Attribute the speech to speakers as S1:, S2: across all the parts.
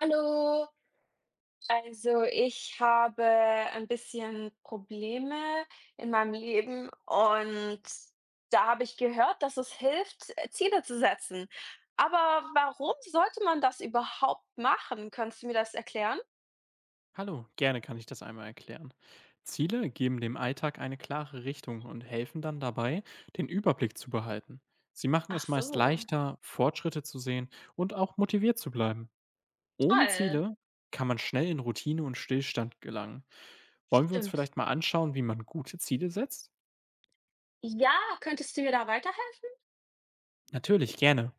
S1: Hallo, also ich habe ein bisschen Probleme in meinem Leben und da habe ich gehört, dass es hilft, Ziele zu setzen. Aber warum sollte man das überhaupt machen? Kannst du mir das erklären?
S2: Hallo, gerne kann ich das einmal erklären. Ziele geben dem Alltag eine klare Richtung und helfen dann dabei, den Überblick zu behalten. Sie machen
S1: Ach
S2: es meist
S1: so,
S2: leichter, Fortschritte zu sehen und auch motiviert zu bleiben. Ohne
S1: toll.
S2: Ziele kann man schnell in Routine und Stillstand gelangen. Wollen wir uns
S1: Stimmt.
S2: vielleicht mal anschauen, wie man gute Ziele setzt?
S1: Ja, könntest du mir da weiterhelfen?
S2: Natürlich, gerne.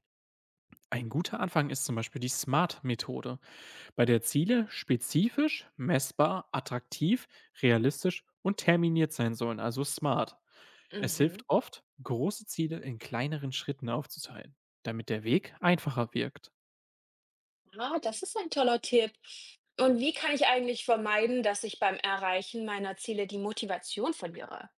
S2: Ein guter Anfang ist zum Beispiel die SMART-Methode, bei der Ziele spezifisch, messbar, attraktiv, realistisch und terminiert sein sollen, also smart. Es
S1: Mhm.
S2: hilft oft, große Ziele in kleineren Schritten aufzuteilen, damit der Weg einfacher wirkt.
S1: Ah, das ist ein toller Tipp. Und wie kann ich eigentlich vermeiden, dass ich beim Erreichen meiner Ziele die Motivation verliere?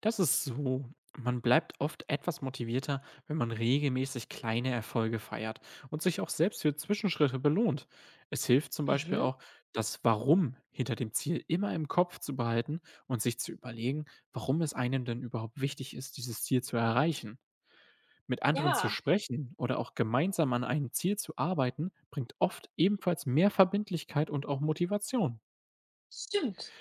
S2: Das ist so: Man bleibt oft etwas motivierter, wenn man regelmäßig kleine Erfolge feiert und sich auch selbst für Zwischenschritte belohnt. Es hilft zum Beispiel
S1: Mhm.
S2: auch, das Warum hinter dem Ziel immer im Kopf zu behalten und sich zu überlegen, warum es einem denn überhaupt wichtig ist, dieses Ziel zu erreichen. Mit anderen zu
S1: Ja.
S2: sprechen oder auch gemeinsam an einem Ziel zu arbeiten, bringt oft ebenfalls mehr Verbindlichkeit und auch Motivation.
S1: Stimmt.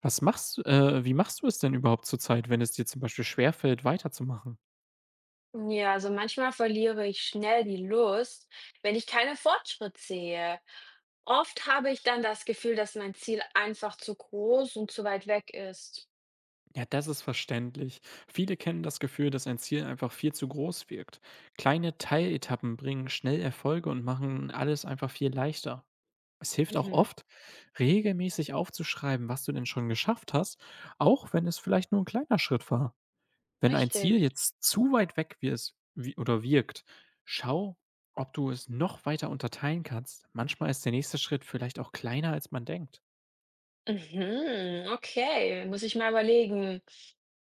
S2: Wie machst du es denn überhaupt zurzeit, wenn es dir zum Beispiel schwerfällt, weiterzumachen?
S1: Ja, also manchmal verliere ich schnell die Lust, wenn ich keinen Fortschritt sehe. Oft habe ich dann das Gefühl, dass mein Ziel einfach zu groß und zu weit weg ist.
S2: Ja, das ist verständlich. Viele kennen das Gefühl, dass ein Ziel einfach viel zu groß wirkt. Kleine Teiletappen bringen schnell Erfolge und machen alles einfach viel leichter. Es hilft auch
S1: Mhm.
S2: oft, regelmäßig aufzuschreiben, was du denn schon geschafft hast, auch wenn es vielleicht nur ein kleiner Schritt war. Wenn ein
S1: Richtig.
S2: Ziel jetzt zu weit weg wirst, oder wirkt, schau, ob du es noch weiter unterteilen kannst. Manchmal ist der nächste Schritt vielleicht auch kleiner, als man denkt.
S1: Mhm. Okay, muss ich mal überlegen.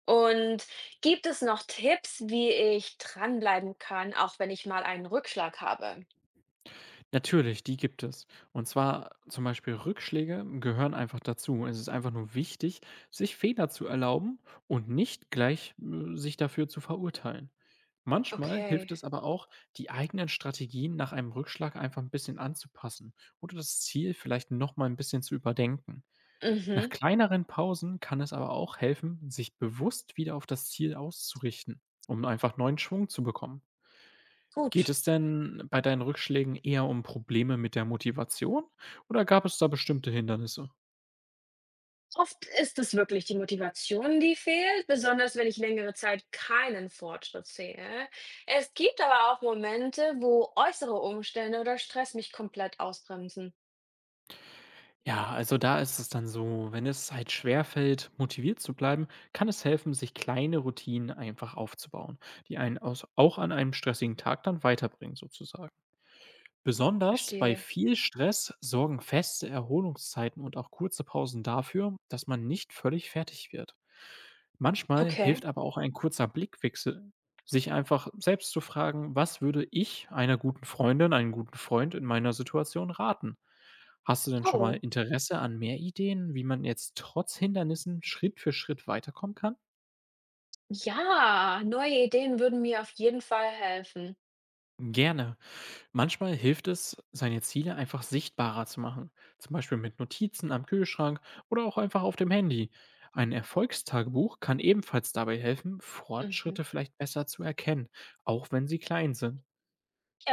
S1: Und gibt es noch Tipps, wie ich dranbleiben kann, auch wenn ich mal einen Rückschlag habe?
S2: Natürlich, die gibt es. Und zwar zum Beispiel: Rückschläge gehören einfach dazu. Es ist einfach nur wichtig, sich Fehler zu erlauben und nicht gleich sich dafür zu verurteilen. Manchmal
S1: Okay.
S2: hilft es aber auch, die eigenen Strategien nach einem Rückschlag einfach ein bisschen anzupassen oder das Ziel vielleicht nochmal ein bisschen zu überdenken. Nach
S1: Mhm.
S2: kleineren Pausen kann es aber auch helfen, sich bewusst wieder auf das Ziel auszurichten, um einfach neuen Schwung zu bekommen. Geht
S1: Gut.
S2: es denn bei deinen Rückschlägen eher um Probleme mit der Motivation oder gab es da bestimmte Hindernisse?
S1: Oft ist es wirklich die Motivation, die fehlt, besonders wenn ich längere Zeit keinen Fortschritt sehe. Es gibt aber auch Momente, wo äußere Umstände oder Stress mich komplett ausbremsen.
S2: Ja, also da ist es dann so: Wenn es halt schwerfällt, motiviert zu bleiben, kann es helfen, sich kleine Routinen einfach aufzubauen, auch an einem stressigen Tag dann weiterbringen sozusagen. Besonders bei
S1: Verstehe.
S2: viel Stress sorgen feste Erholungszeiten und auch kurze Pausen dafür, dass man nicht völlig fertig wird. Manchmal
S1: Okay.
S2: hilft aber auch ein kurzer Blickwechsel, sich einfach selbst zu fragen: Was würde ich einer guten Freundin, einem guten Freund in meiner Situation raten? Hast du denn schon mal
S1: Oh,
S2: Interesse an mehr Ideen, wie man jetzt trotz Hindernissen Schritt für Schritt weiterkommen kann?
S1: ja, neue Ideen würden mir auf jeden Fall helfen.
S2: Gerne. Manchmal hilft es, seine Ziele einfach sichtbarer zu machen, zum Beispiel mit Notizen am Kühlschrank oder auch einfach auf dem Handy. Ein Erfolgstagebuch kann ebenfalls dabei helfen,
S1: Mhm.
S2: Fortschritte vielleicht besser zu erkennen, auch wenn sie klein sind.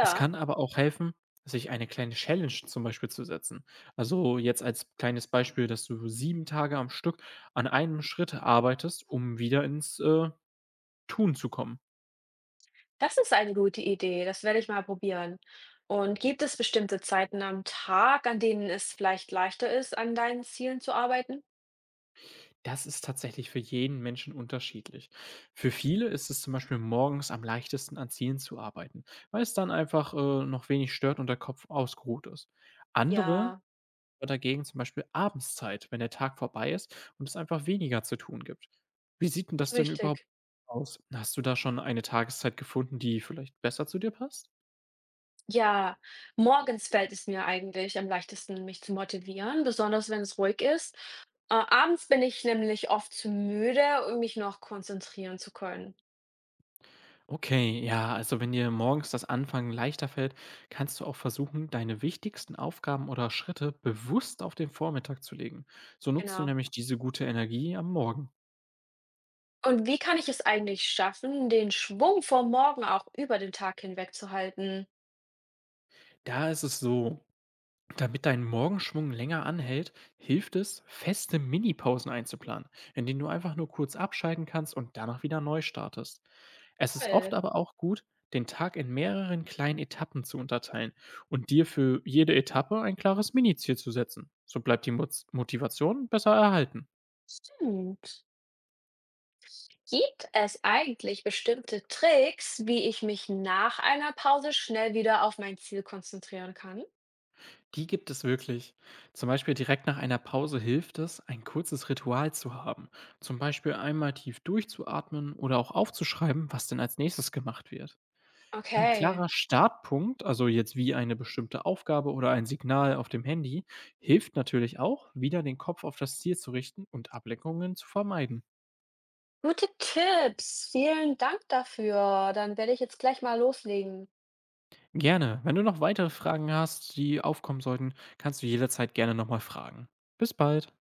S2: Es kann aber auch helfen, sich eine kleine Challenge zum Beispiel zu setzen. Also jetzt als kleines Beispiel, dass du 7 Tage am Stück an einem Schritt arbeitest, um wieder ins Tun zu kommen.
S1: das ist eine gute Idee. Das werde ich mal probieren. Und gibt es bestimmte Zeiten am Tag, an denen es vielleicht leichter ist, an deinen Zielen zu arbeiten?
S2: Das ist tatsächlich für jeden Menschen unterschiedlich. Für viele ist es zum Beispiel morgens am leichtesten an Zielen zu arbeiten, weil es dann einfach noch wenig stört und der Kopf ausgeruht ist. Andere
S1: Ja,
S2: hat dagegen zum Beispiel Abendszeit, wenn der Tag vorbei ist und es einfach weniger zu tun gibt. Wie sieht denn das denn überhaupt
S1: richtig.
S2: aus? Hast du da schon eine Tageszeit gefunden, die vielleicht besser zu dir passt?
S1: Ja, morgens fällt es mir eigentlich am leichtesten, mich zu motivieren, besonders wenn es ruhig ist. Abends bin ich nämlich oft zu müde, um mich noch konzentrieren zu können.
S2: Okay, ja, also wenn dir morgens das Anfangen leichter fällt, kannst du auch versuchen, deine wichtigsten Aufgaben oder Schritte bewusst auf den Vormittag zu legen. So nutzt du
S1: Genau.
S2: nämlich diese gute Energie am Morgen.
S1: Und wie kann ich es eigentlich schaffen, den Schwung vom Morgen auch über den Tag hinweg zu halten?
S2: Da ist es so: Damit dein Morgenschwung länger anhält, hilft es, feste Minipausen einzuplanen, in denen du einfach nur kurz abschalten kannst und danach wieder neu startest. Es ist oft
S1: Toll.
S2: aber auch gut, den Tag in mehreren kleinen Etappen zu unterteilen und dir für jede Etappe ein klares Mini-Ziel zu setzen. So bleibt die Motivation besser erhalten.
S1: Stimmt. Gibt es eigentlich bestimmte Tricks, wie ich mich nach einer Pause schnell wieder auf mein Ziel konzentrieren kann?
S2: Die gibt es wirklich. Zum Beispiel direkt nach einer Pause hilft es, ein kurzes Ritual zu haben. Zum Beispiel einmal tief durchzuatmen oder auch aufzuschreiben, was denn als nächstes gemacht wird. Ein klarer
S1: Okay.
S2: Startpunkt, also jetzt wie eine bestimmte Aufgabe oder ein Signal auf dem Handy, hilft natürlich auch, wieder den Kopf auf das Ziel zu richten und Ablenkungen zu vermeiden.
S1: Gute Tipps, vielen Dank dafür. Dann werde ich jetzt gleich mal loslegen.
S2: Gerne. Wenn du noch weitere Fragen hast, die aufkommen sollten, kannst du jederzeit gerne nochmal fragen. Bis bald.